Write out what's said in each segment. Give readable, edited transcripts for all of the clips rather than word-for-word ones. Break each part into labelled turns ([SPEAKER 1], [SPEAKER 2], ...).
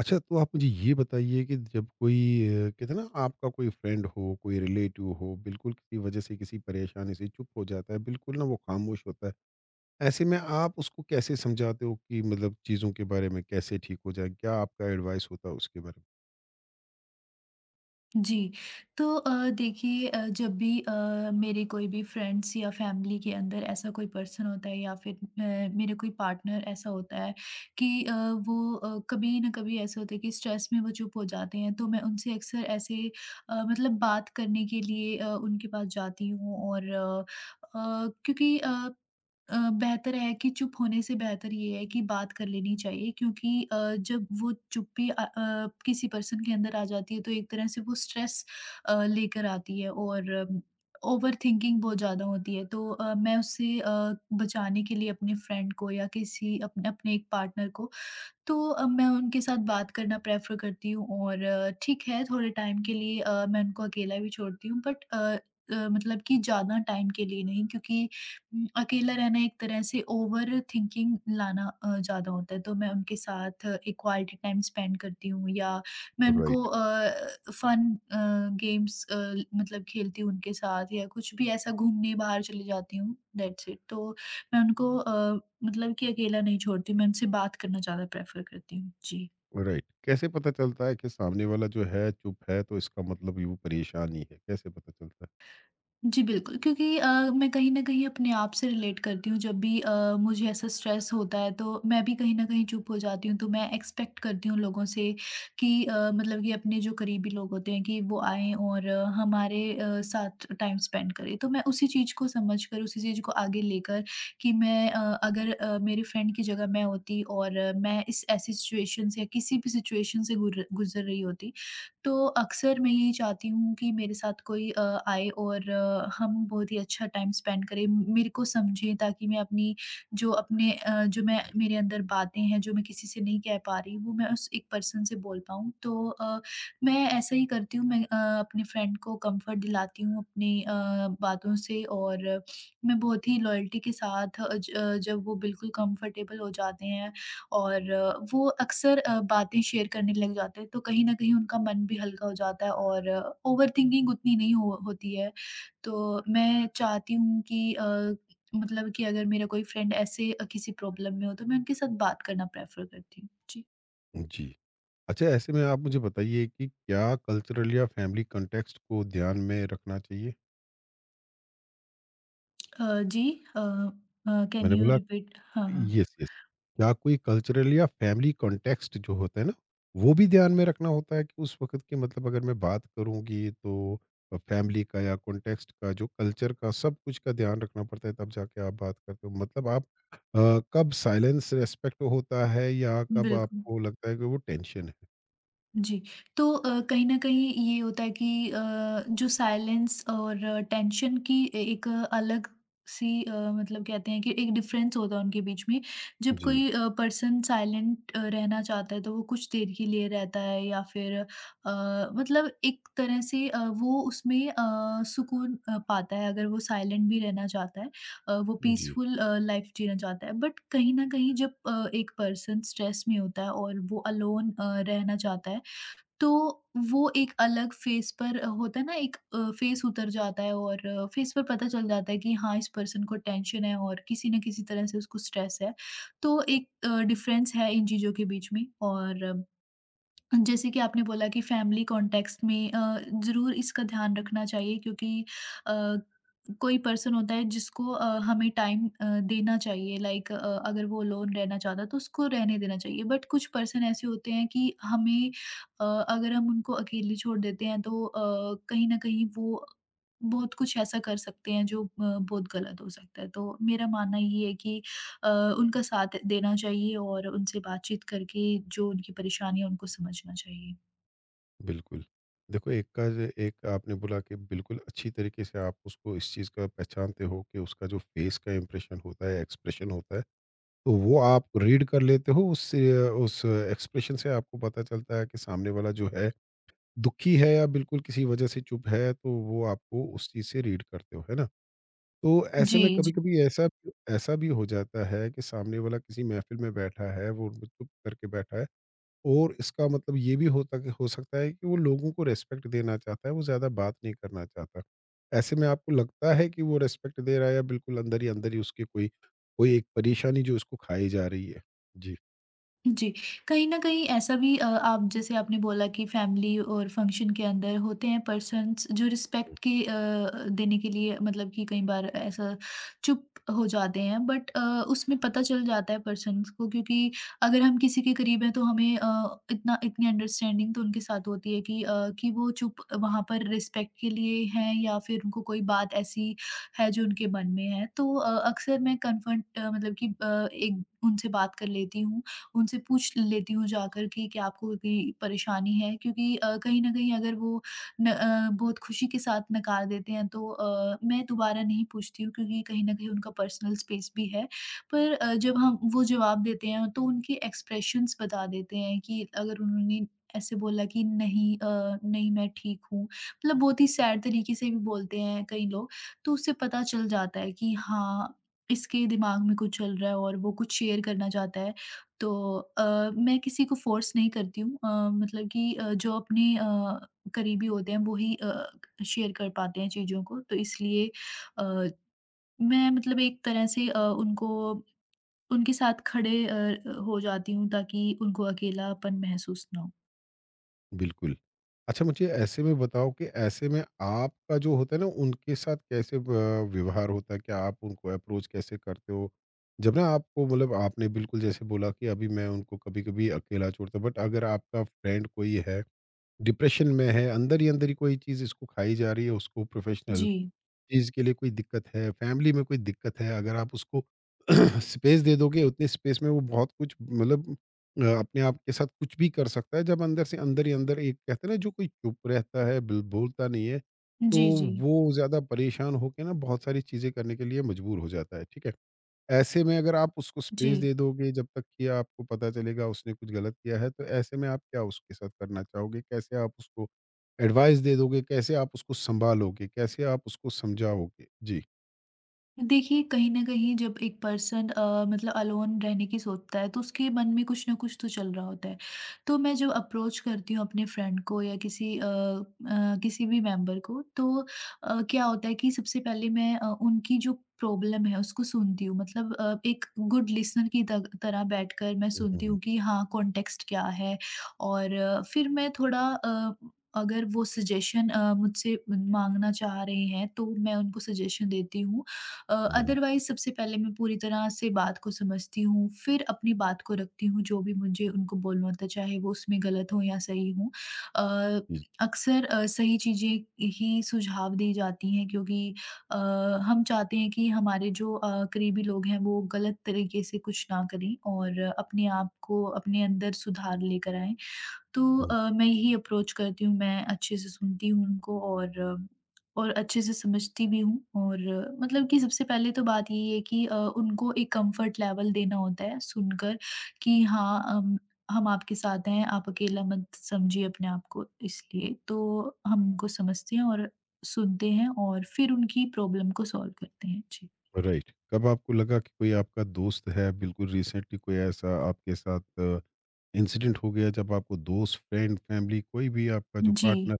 [SPEAKER 1] अच्छा, तो आप मुझे ये बताइए कि जब कोई कहते हैं ना आपका कोई फ्रेंड हो, कोई रिलेटिव हो, बिल्कुल किसी वजह से किसी परेशानी से चुप हो जाता है, बिल्कुल ना वो खामोश होता है। ऐसे में आप उसको कैसे समझाते हो कि मतलब चीज़ों के बारे में कैसे ठीक हो जाए? क्या आपका एडवाइस होता है उसके बारे
[SPEAKER 2] जी, तो देखिए जब भी मेरे कोई भी फ्रेंड्स या फैमिली के अंदर ऐसा कोई पर्सन होता है या फिर मेरे कोई पार्टनर ऐसा होता है कि वो कभी ना कभी ऐसा होता है कि स्ट्रेस में वो चुप हो जाते हैं, तो मैं उनसे अक्सर ऐसे मतलब बात करने के लिए उनके पास जाती हूँ और क्योंकि बेहतर है कि चुप होने से बेहतर ये है कि बात कर लेनी चाहिए क्योंकि जब वो चुप्पी किसी पर्सन के अंदर आ जाती है तो एक तरह से वो स्ट्रेस लेकर आती है और ओवर थिंकिंग बहुत ज़्यादा होती है तो मैं उससे बचाने के लिए अपने फ्रेंड को या किसी अपने अपने एक पार्टनर को तो मैं उनके साथ बात करना प्रेफ़र करती हूँ और ठीक है थोड़े टाइम के लिए मैं उनको अकेला भी छोड़ती हूँ बट मतलब कि ज़्यादा टाइम के लिए नहीं क्योंकि अकेला रहना एक तरह से ओवर थिंकिंग लाना ज़्यादा होता है। तो मैं उनके साथ एक क्वालिटी टाइम स्पेंड करती हूँ या मैं उनको
[SPEAKER 1] राइट।
[SPEAKER 2] फ़न गेम्स मतलब खेलती हूँ उनके साथ या कुछ भी ऐसा घूमने बाहर चली जाती हूँ दैट्स इट। तो मैं उनको मतलब कि अकेला नहीं छोड़ती, मैं उनसे बात करना ज़्यादा प्रेफ़र करती हूँ। जी।
[SPEAKER 1] में? राइट, कैसे पता चलता है कि सामने वाला जो है चुप है तो इसका मतलब ये वो परेशान ही है, कैसे पता चलता
[SPEAKER 2] जी, बिल्कुल, क्योंकि मैं कहीं न कहीं अपने आप से रिलेट करती हूँ जब भी मुझे ऐसा स्ट्रेस होता है तो मैं भी कहीं न कहीं चुप हो जाती हूँ। तो मैं एक्सपेक्ट करती हूँ लोगों से कि मतलब कि अपने जो करीबी लोग होते हैं कि वो आएँ और हमारे साथ टाइम स्पेंड करें। तो मैं उसी चीज़ को समझ कर, उसी चीज़ को आगे लेकर कि मैं अगर मेरे फ्रेंड की जगह मैं होती और मैं इस ऐसी सिचुएशन से या किसी भी सिचुएशन से गुर गुज़र रही होती तो अक्सर मैं यही चाहती हूँ कि मेरे साथ कोई आए और हम बहुत ही अच्छा टाइम स्पेंड करें, मेरे को समझे ताकि मैं अपनी जो अपने जो मैं मेरे अंदर बातें हैं, जो मैं किसी से नहीं कह पा रही, वो मैं उस एक पर्सन से बोल पाऊँ। तो मैं ऐसा ही करती हूँ, मैं अपने फ्रेंड को कम्फर्ट दिलाती हूँ अपनी बातों से और मैं बहुत ही लॉयल्टी के साथ जब वो बिल्कुल कम्फर्टेबल हो जाते हैं और वो अक्सर बातें शेयर करने लग जाते हैं, तो कहीं न कहीं उनका मन भी हल्का हो जाता है और ओवरथिंकिंग उतनी नहीं हो होती है। तो मैं चाहती हूँ कि मतलब कि अगर मेरा कोई फ्रेंड ऐसे किसी प्रॉब्लम में हो तो मैं उनके साथ बात करना प्रेफ़र करती हूँ। जी।
[SPEAKER 1] है? जी। अच्छा ऐसे में आप मुझे बताइए कि क्या कल्चरल या फैमिली कॉन्टेक्स्ट को ध्यान में रखना चाहिए?
[SPEAKER 2] जी कैन
[SPEAKER 1] मैंने
[SPEAKER 2] यू
[SPEAKER 1] बोला
[SPEAKER 2] रिपीट? हाँ, हाँ।
[SPEAKER 1] यस यस क्या कोई कल्चरल या फैमिली कॉन्टेक्स्ट जो होता है ना वो भी ध्यान में रखना होता है कि उस वक्त की मतलब अगर मैं बात करूंगी तो फैमिली का या कॉन्टेक्स्ट का जो कल्चर का सब कुछ का ध्यान रखना पड़ता है तब जाके आप बात करते हो मतलब आप अ, कब साइलेंस रेस्पेक्ट होता है या कब
[SPEAKER 2] बिल्कुल।
[SPEAKER 1] आपको लगता है कि वो टेंशन है?
[SPEAKER 2] जी, तो कहीं न कहीं ये होता है कि जो साइलेंस और टेंशन की ए एक अलग सी मतलब कहते हैं कि एक डिफ़रेंस होता है उनके बीच में। जब
[SPEAKER 1] जी।
[SPEAKER 2] कोई पर्सन साइलेंट रहना चाहता है, तो वो कुछ देर के लिए रहता है या फिर मतलब एक तरह से वो उसमें सुकून पाता है अगर वो साइलेंट भी रहना चाहता है। वो
[SPEAKER 1] जी।
[SPEAKER 2] पीसफुल लाइफ़ जीना चाहता है। बट कहीं न कहीं जब एक पर्सन स्ट्रेस में होता है और वो अलोन रहना चाहता है तो वो एक अलग फ़ेस पर होता है ना एक फ़ेस उतर जाता है और फ़ेस पर पता चल जाता है कि हाँ, इस पर्सन को टेंशन है और किसी न किसी तरह से उसको स्ट्रेस है। तो एक डिफ़रेंस है इन चीज़ों के बीच में और जैसे कि आपने बोला कि फैमिली कॉन्टेक्स्ट में ज़रूर इसका ध्यान रखना चाहिए क्योंकि अ, कोई पर्सन होता है जिसको हमें टाइम देना चाहिए लाइक अगर वो लोन रहना चाहता है तो उसको रहने देना चाहिए बट कुछ पर्सन ऐसे होते हैं कि हमें अगर हम उनको अकेले छोड़ देते हैं तो कहीं ना कहीं वो बहुत कुछ ऐसा कर सकते हैं जो बहुत गलत हो सकता है तो मेरा मानना ये है कि अ, उनका साथ देना चाहिए और उनसे बातचीत करके जो उनकी परेशानी है उनको समझना चाहिए।
[SPEAKER 1] बिल्कुल। देखो एक आपने बोला कि बिल्कुल अच्छी तरीके से आप उसको इस चीज़ का पहचानते हो कि उसका जो फेस का इम्प्रेशन होता है, एक्सप्रेशन होता है, तो वो आप रीड कर लेते हो उससे। उस एक्सप्रेशन से आपको पता चलता है कि सामने वाला जो है दुखी है या बिल्कुल किसी वजह से चुप है, तो वो आपको उस चीज़ से रीड करते हो है ना। तो ऐसे में
[SPEAKER 2] जी।
[SPEAKER 1] कभी कभी ऐसा ऐसा भी हो जाता है कि सामने वाला किसी महफिल में बैठा है, वो चुप करके बैठा है और इसका मतलब ये भी होता हो सकता है कि वो लोगों को रिस्पेक्ट देना चाहता है, वो ज़्यादा बात नहीं करना चाहता। ऐसे में आपको लगता है कि वो रिस्पेक्ट दे रहा है या बिल्कुल अंदर ही उसकी कोई कोई एक परेशानी जो उसको खाई जा रही है? जी,
[SPEAKER 2] जी, कहीं न कहीं ऐसा भी आप जैसे आपने बोला कि फैमिली और फ़ंक्शन के अंदर होते हैं पर्सन्स जो रिस्पेक्ट की देने के लिए मतलब कि कई बार ऐसा चुप हो जाते हैं बट उसमें पता चल जाता है पर्सन्स को क्योंकि अगर हम किसी के करीब हैं तो हमें इतना इतनी अंडरस्टैंडिंग तो उनके साथ होती है कि कि वो चुप वहाँ पर रिस्पेक्ट के लिए हैं या फिर उनको कोई बात ऐसी है जो उनके मन में है। तो अक्सर मैं कन्फर्ट मतलब कि एक उनसे बात कर लेती हूँ उनसे पूछ लेती हूँ जाकर कि क्या आपको कोई परेशानी है? क्योंकि कहीं न कहीं अगर वो न अ, बहुत खुशी के साथ नकार देते हैं तो मैं दोबारा नहीं पूछती हूँ क्योंकि कहीं न कहीं उनका पर्सनल स्पेस भी है। पर जब हम वो जवाब देते हैं तो उनके एक्सप्रेशंस बता देते हैं कि अगर उन्होंने ऐसे बोला कि नहीं नहीं मैं ठीक हूँ, मतलब बहुत ही सैड तरीके से भी बोलते हैं कई लोग, तो उससे पता चल जाता है कि हाँ, इसके दिमाग में कुछ चल रहा है और वो कुछ शेयर करना चाहता है। तो अ, मैं किसी को फ़ोर्स नहीं करती हूँ मतलब कि जो अपने करीबी होते हैं वो ही शेयर कर पाते हैं चीज़ों को तो इसलिए अ, मैं मतलब एक तरह से उनको उनके साथ खड़े हो जाती हूँ ताकि उनको अकेलापन महसूस ना हो।
[SPEAKER 1] बिल्कुल। अच्छा मुझे ऐसे में बताओ कि ऐसे में आपका जो होता है ना उनके साथ कैसे व व्यवहार होता है? क्या आप उनको अप्रोच कैसे करते हो? जब ना आपको मतलब आपने बिल्कुल जैसे बोला कि अभी मैं उनको कभी-कभी अकेला छोड़ता हूँ, बट अगर आपका फ्रेंड कोई है डिप्रेशन में है, अंदर ही कोई चीज़ इसको खाई जा रही है, उसको प्रोफेशनल
[SPEAKER 2] जी।
[SPEAKER 1] चीज़ के लिए कोई दिक्कत है, फैमिली में कोई दिक्कत है, अगर आप उसको स्पेस दे दोगे, उतने स्पेस में वो बहुत कुछ मतलब अपने आप के साथ कुछ भी कर सकता है। जब अंदर से अंदर ही अंदर एक कहते हैं ना जो कोई चुप रहता है, बिल बोलता नहीं है, तो
[SPEAKER 2] जी, जी।
[SPEAKER 1] वो ज़्यादा परेशान होके ना बहुत सारी चीज़ें करने के लिए मजबूर हो जाता है, ठीक है? ऐसे में अगर आप उसको
[SPEAKER 2] जी।
[SPEAKER 1] स्पेस दे दोगे जब तक कि आपको पता चलेगा उसने कुछ गलत किया है, तो ऐसे में आप क्या उसके साथ करना चाहोगे? कैसे आप उसको एडवाइस दे दोगे? कैसे आप उसको सँभालोगे? कैसे आप उसको समझाओगे? जी।
[SPEAKER 2] देखिए, कहीं न कहीं जब एक पर्सन मतलब अलोन रहने की सोचता है, तो उसके मन में कुछ न कुछ तो चल रहा होता है। तो मैं जब अप्रोच करती हूँ अपने फ्रेंड को या किसी किसी भी मेंबर को, तो क्या होता है कि सबसे पहले मैं उनकी जो प्रॉब्लम है, उसको सुनती हूँ। मतलब एक गुड लिसनर की त तरह बैठकर मैं
[SPEAKER 1] हुँ,
[SPEAKER 2] सुनती
[SPEAKER 1] हुँ,
[SPEAKER 2] हूँ कि हाँ, कॉन्टेक्स्ट क्या है और फिर मैं थोड़ा अगर वो सजेशन मुझसे माँगना चाह रहे हैं, तो मैं उनको सजेशन देती हूँ
[SPEAKER 1] हुँ,
[SPEAKER 2] अदरवाइज़ सबसे पहले मैं पूरी तरह से बात को समझती हूँ, फिर अपनी बात को रखती हूँ, जो भी मुझे उनको बोलना होता है, चाहे वो उसमें गलत हो या सही हो। अ,
[SPEAKER 1] जी,
[SPEAKER 2] अक्सर सही चीज़ें ही सुझाव दी जाती हैं क्योंकि अ, हम चाहते हैं कि हमारे जो करीबी लोग हैं, वो गलत तरीके से कुछ ना करें और अपने आप को अपने अंदर सुधार लेकर आएँ। तो
[SPEAKER 1] हुँ।
[SPEAKER 2] मैं यही अप्रोच करती हूँ, मैं अच्छे से सुनती हूँ उनको और और अच्छे से समझती भी हूँ और मतलब कि सबसे पहले तो बात यही है कि उनको एक कम्फ़र्ट लेवल देना होता है सुनकर कि हाँ, हम आपके साथ हैं, आप अकेला मत समझिए अपने आप को इसलिए। तो हम उनको समझते हैं और सुनते हैं और फिर उनकी प्रॉब्लम को सॉल्व करते हैं। जी।
[SPEAKER 1] राइट। कब आपको लगा कि कोई आपका दोस्त है, बिल्कुल रिसेंटली कोई ऐसा आपके साथ इंसिडेंट हो गया जब आपको दोस्त, फ्रेंड, फैमिली कोई भी आपका जो
[SPEAKER 2] जी।
[SPEAKER 1] पार्टनर,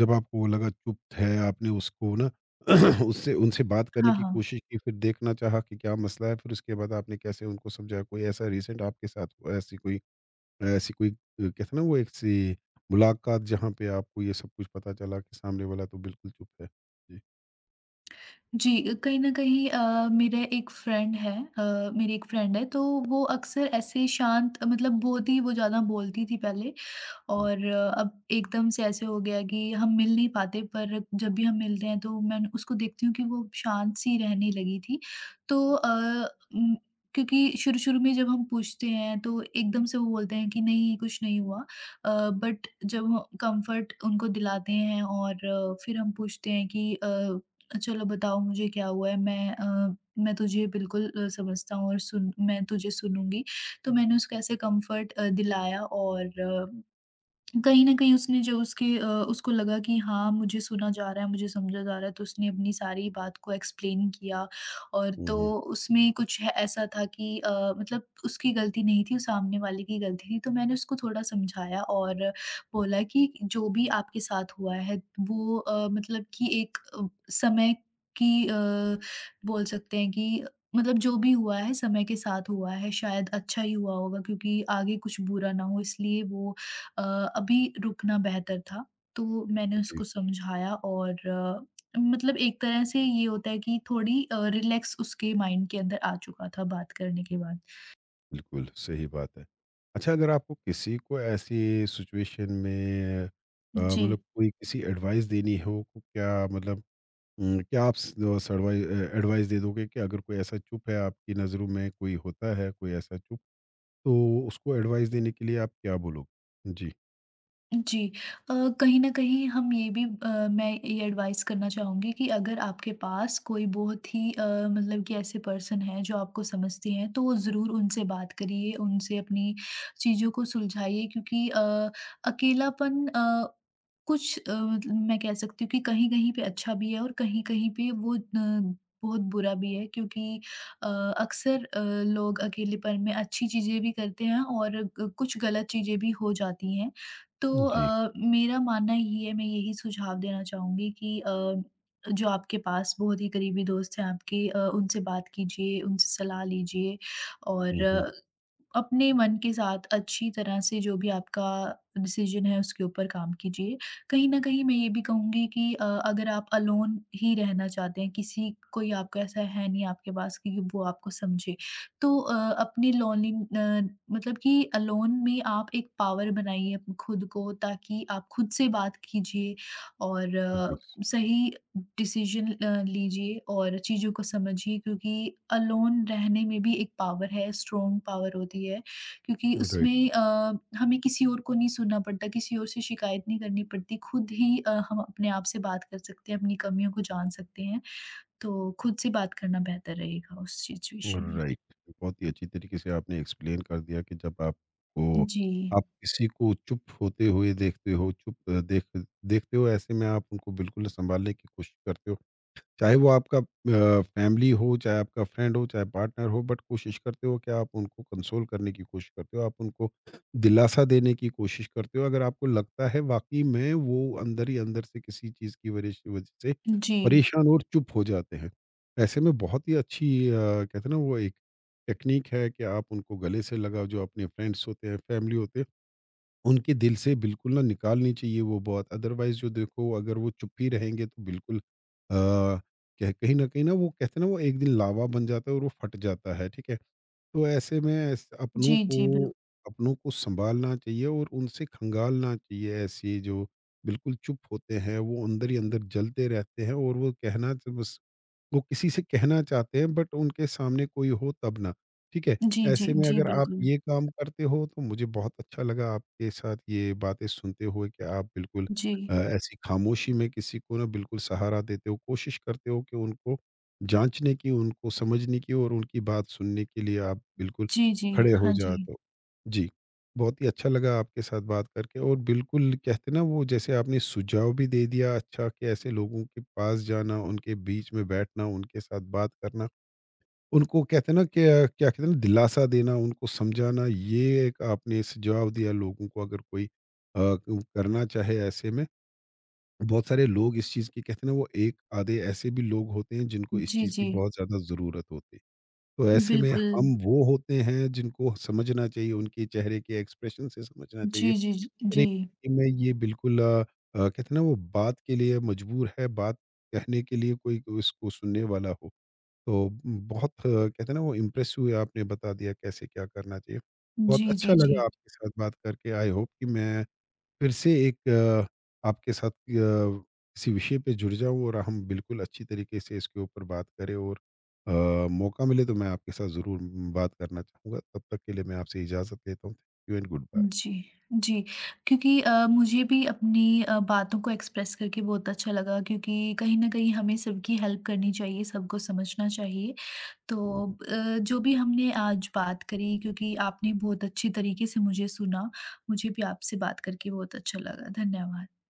[SPEAKER 1] जब आपको वो लगा चुप है, आपने उसको ना उससे उनसे बात करने
[SPEAKER 2] हाँ,
[SPEAKER 1] की
[SPEAKER 2] हाँ।
[SPEAKER 1] कोशिश की, फिर देखना चाहा कि क्या मसला है, फिर उसके बाद आपने कैसे उनको समझाया? कोई ऐसा रिसेंट आपके साथ हुआ ऐसी कोई कहते हैं ना वो एक सी मुलाकात जहाँ पे आपको ये सब कुछ पता चला कि सामने वाला तो बिल्कुल चुप है? जी।
[SPEAKER 2] जी, कहीं न कहीं मेरे एक फ्रेंड है अ, मेरी एक फ्रेंड है, तो वो अक्सर ऐसे शांत मतलब बहुत ही वो ज़्यादा बोलती थी पहले
[SPEAKER 1] हुँ,
[SPEAKER 2] और अब एकदम से ऐसे हो गया कि हम मिल नहीं पाते पर जब भी हम मिलते हैं तो मैं उसको देखती हूँ कि वो शांत सी रहने लगी थी। तो उम, क्योंकि शुरू-शुरू में जब हम पूछते हैं तो एकदम से वो बोलते हैं कि नहीं कुछ नहीं हुआ। बट जब ह कम्फर्ट उनको दिलाते हैं और फिर हम पूछते हैं कि चलो बताओ मुझे क्या हुआ है? मैं तुझे बिल्कुल समझता हूँ और सुन मैं तुझे सुनूँगी। तो मैंने उसको ऐसे कम्फर्ट दिलाया और कहीं न कहीं उसने जो उसके उसको लगा कि हाँ, मुझे सुना जा रहा है, मुझे समझा जा रहा है, तो उसने अपनी सारी बात को एक्सप्लेन किया और
[SPEAKER 1] हुँ,
[SPEAKER 2] तो
[SPEAKER 1] हुँ,
[SPEAKER 2] उसमें कुछ है ऐसा था कि मतलब उसकी गलती नहीं थी, सामने वाले की गलती थी, तो मैंने उसको थोड़ा समझाया और
[SPEAKER 1] हुँ।
[SPEAKER 2] बोला कि जो भी आपके साथ हुआ है, वो मतलब कि एक समय की बोल सकते हैं कि मतलब जो भी हुआ है, समय के साथ हुआ है, शायद अच्छा ही हुआ होगा क्योंकि आगे कुछ बुरा ना हो इसलिए वो अ, अभी रुकना बेहतर था। तो मैंने
[SPEAKER 1] जी,
[SPEAKER 2] उसको समझाया और मतलब एक तरह से ये होता है कि थोड़ी रिलैक्स उसके माइंड के अंदर आ चुका था बात करने के बाद।
[SPEAKER 1] बिल्कुल, सही बात है। अच्छा अगर आपको किसी को ऐसी सिचुएशन में
[SPEAKER 2] जी।
[SPEAKER 1] मतलब कोई किसी एडवाइस देनी हो, को क्या मतलब, हुँ, क्या आप स अ, सर्वाइ अ, एडवाइस दे दोगे कि अगर कोई ऐसा चुप है आपकी नज़रों में कोई होता है, कोई ऐसा चुप, तो उसको एडवाइस देने के लिए आप क्या बोलोगे? जी,
[SPEAKER 2] जी। अ, कहीं न कहीं हम ये भी मैं ये एडवाइस करना चाहूँगी कि अगर आपके पास कोई बहुत ही मतलब कि ऐसे पर्सन हैं जो आपको समझते हैं, तो ज़रूर उनसे बात करिए, उनसे अपनी चीज़ों को सुलझाइए क्योंकि अकेलापन कुछ मतलब मैं कह सकती हूँ कि कहीं-कहीं पे अच्छा भी है और कहीं-कहीं पे वो बहुत बुरा भी है क्योंकि अ, अक्सर लोग अकेलेपन में अच्छी चीज़ें भी करते हैं और ग कुछ गलत चीज़ें भी हो जाती हैं। तो
[SPEAKER 1] जी।
[SPEAKER 2] मेरा मानना ये है, मैं यही सुझाव देना चाहूँगी कि जो आपके पास बहुत ही करीबी दोस्त हैं आपके उनसे बात कीजिए, उनसे सलाह लीजिए और
[SPEAKER 1] हुँ, हुँ।
[SPEAKER 2] अपने मन के साथ अच्छी तरह से जो भी आपका डिसीजन है उसके ऊपर काम कीजिए। कहीं न कहीं मैं ये भी कहूँगी कि अगर आप अलोन ही रहना चाहते हैं, किसी कोई आपका ऐसा है नहीं आपके पास कि वो आपको समझे, तो अपनी लोनली मतलब कि अलोन में आप एक पावर बनाइए अप खुद को ताकि आप खुद से बात कीजिए और
[SPEAKER 1] राइट्स,
[SPEAKER 2] सही डिसीजन लीजिए और चीज़ों को समझिए क्योंकि अलोन रहने में भी एक पावर है, स्ट्रॉन्ग पावर होती है। क्योंकि
[SPEAKER 1] राइट,
[SPEAKER 2] उसमें हमें किसी और को नहीं सुनना पड़ता, किसी और से शिकायत नहीं करनी पड़ती। खुद ही हम अपने आप से बात कर सकते हैं, अपनी कमियों को जान सकते हैं। तो खुद से बात करना बेहतर रहेगा उस सिचुएशन में।
[SPEAKER 1] राइट। बहुत ही अच्छी तरीके से आपने एक्सप्लेन कर दिया कि जब आपको
[SPEAKER 2] जी।
[SPEAKER 1] आप किसी को चुप होते हुए देखते हो, चुप देखते हो, ऐसे में आप उनको बिल्कुल सँभालने की कोशिश करते हो। चाहे वो आपका फैमिली हो, चाहे आपका फ्रेंड हो, चाहे पार्टनर हो, बट कोशिश करते हो कि आप उनको कंसोल करने की कोशिश करते हो, आप उनको दिलासा देने की कोशिश करते हो। अगर आपको लगता है वाक़ई में वो अंदर ही अंदर से किसी चीज़ की वरिश वजह से
[SPEAKER 2] जी।
[SPEAKER 1] परेशान और चुप हो जाते हैं। ऐसे में बहुत ही अच्छी कहते हैं ना वो एक टेक्नीक है कि आप उनको गले से लगाओ जो अपने फ्रेंड्स होते हैं, फैमिली होते हैं। उनके दिल से बिल्कुल ना निकालनी चाहिए वो बात, अदरवाइज जो देखो अगर वो चुप ही रहेंगे तो बिल्कुल अ, कह कहीं ना वो कहते हैं ना वो एक दिन लावा बन जाता है और वो फट जाता है, ठीक है? तो ऐसे में
[SPEAKER 2] जी, जी, बिल्क
[SPEAKER 1] अपनों को संभालना चाहिए और उनसे खंगालना चाहिए। ऐसे जो बिल्कुल चुप होते हैं वो अंदर ही अंदर जलते रहते हैं और वो कहना तो बस वो किसी से कहना चाहते हैं, बट उनके सामने कोई हो तब ना, ठीक है?
[SPEAKER 2] जी, जी,
[SPEAKER 1] ऐसे में
[SPEAKER 2] जी,
[SPEAKER 1] अगर आप
[SPEAKER 2] बिल्कुल।
[SPEAKER 1] ये काम करते हो तो मुझे बहुत अच्छा लगा आपके साथ ये बातें सुनते हुए कि आप बिल्कुल
[SPEAKER 2] जी।
[SPEAKER 1] ऐसी खामोशी में किसी को ना बिल्कुल सहारा देते हो, कोशिश करते हो कि उनको जाँचने की, उनको समझने की और उनकी बात सुनने के लिए आप बिल्कुल
[SPEAKER 2] जी, जी।
[SPEAKER 1] खड़े हो
[SPEAKER 2] हाँ जी।
[SPEAKER 1] जाते हो। जी। बहुत ही अच्छा लगा आपके साथ बात करके। और बिल्कुल कहते ना वो जैसे आपने सुझाव भी दे दिया अच्छा कि ऐसे लोगों के पास जाना, उनके बीच में बैठना, उनके साथ बात करना, उनको कहते ना कि क्या कहते हैं ना दिलासा देना, उनको समझाना, ये एक आपने सुझाव दिया लोगों को अगर कोई अ, क करना चाहे ऐसे में। बहुत सारे लोग इस चीज़ की कहते हैं ना वो एक आधे ऐसे भी लोग होते हैं जिनको इस
[SPEAKER 2] जी,
[SPEAKER 1] चीज़ की
[SPEAKER 2] जी।
[SPEAKER 1] बहुत ज़्यादा ज़रूरत होती है। तो ऐसे में
[SPEAKER 2] बिल्कुल।
[SPEAKER 1] हम वो होते हैं जिनको समझना चाहिए, उनके चेहरे के एक्सप्रेशन से समझना चाहिए।
[SPEAKER 2] जी, जी, जी।
[SPEAKER 1] नहीं, कि मैं ये बिल्कुल कहते हैं ना वो बात के लिए मजबूर है, बात कहने के लिए कोई को इसको सुनने वाला हो। तो बहुत कहते हैं ना वो इम्प्रेस हुए, आपने बता दिया कैसे क्या करना चाहिए।
[SPEAKER 2] जी,
[SPEAKER 1] बहुत अच्छा
[SPEAKER 2] जी, जी।
[SPEAKER 1] लगा आपके साथ बात करके। आई होप कि मैं फिर से एक आपके साथ किसी विषय पे जुड़ जाऊँ और हम बिल्कुल अच्छी तरीके से इसके ऊपर बात करें और अ, मौका मिले तो मैं आपके साथ ज़रूर बात करना चाहूँगा। तब तक के लिए मैं आपसे इजाज़त लेता हूँ। थैंक यू एंड गुड
[SPEAKER 2] जी, जी। क्योंकि मुझे भी अपनी बातों को एक्सप्रेस करके बहुत अच्छा लगा क्योंकि कहीं न कहीं हमें सबकी हेल्प करनी चाहिए, सबको समझना चाहिए। तो
[SPEAKER 1] बाय।
[SPEAKER 2] जो भी हमने आज बात करी क्योंकि आपने बहुत अच्छी तरीके से मुझे सुना, मुझे भी आपसे बात करके बहुत अच्छा लगा। धन्यवाद।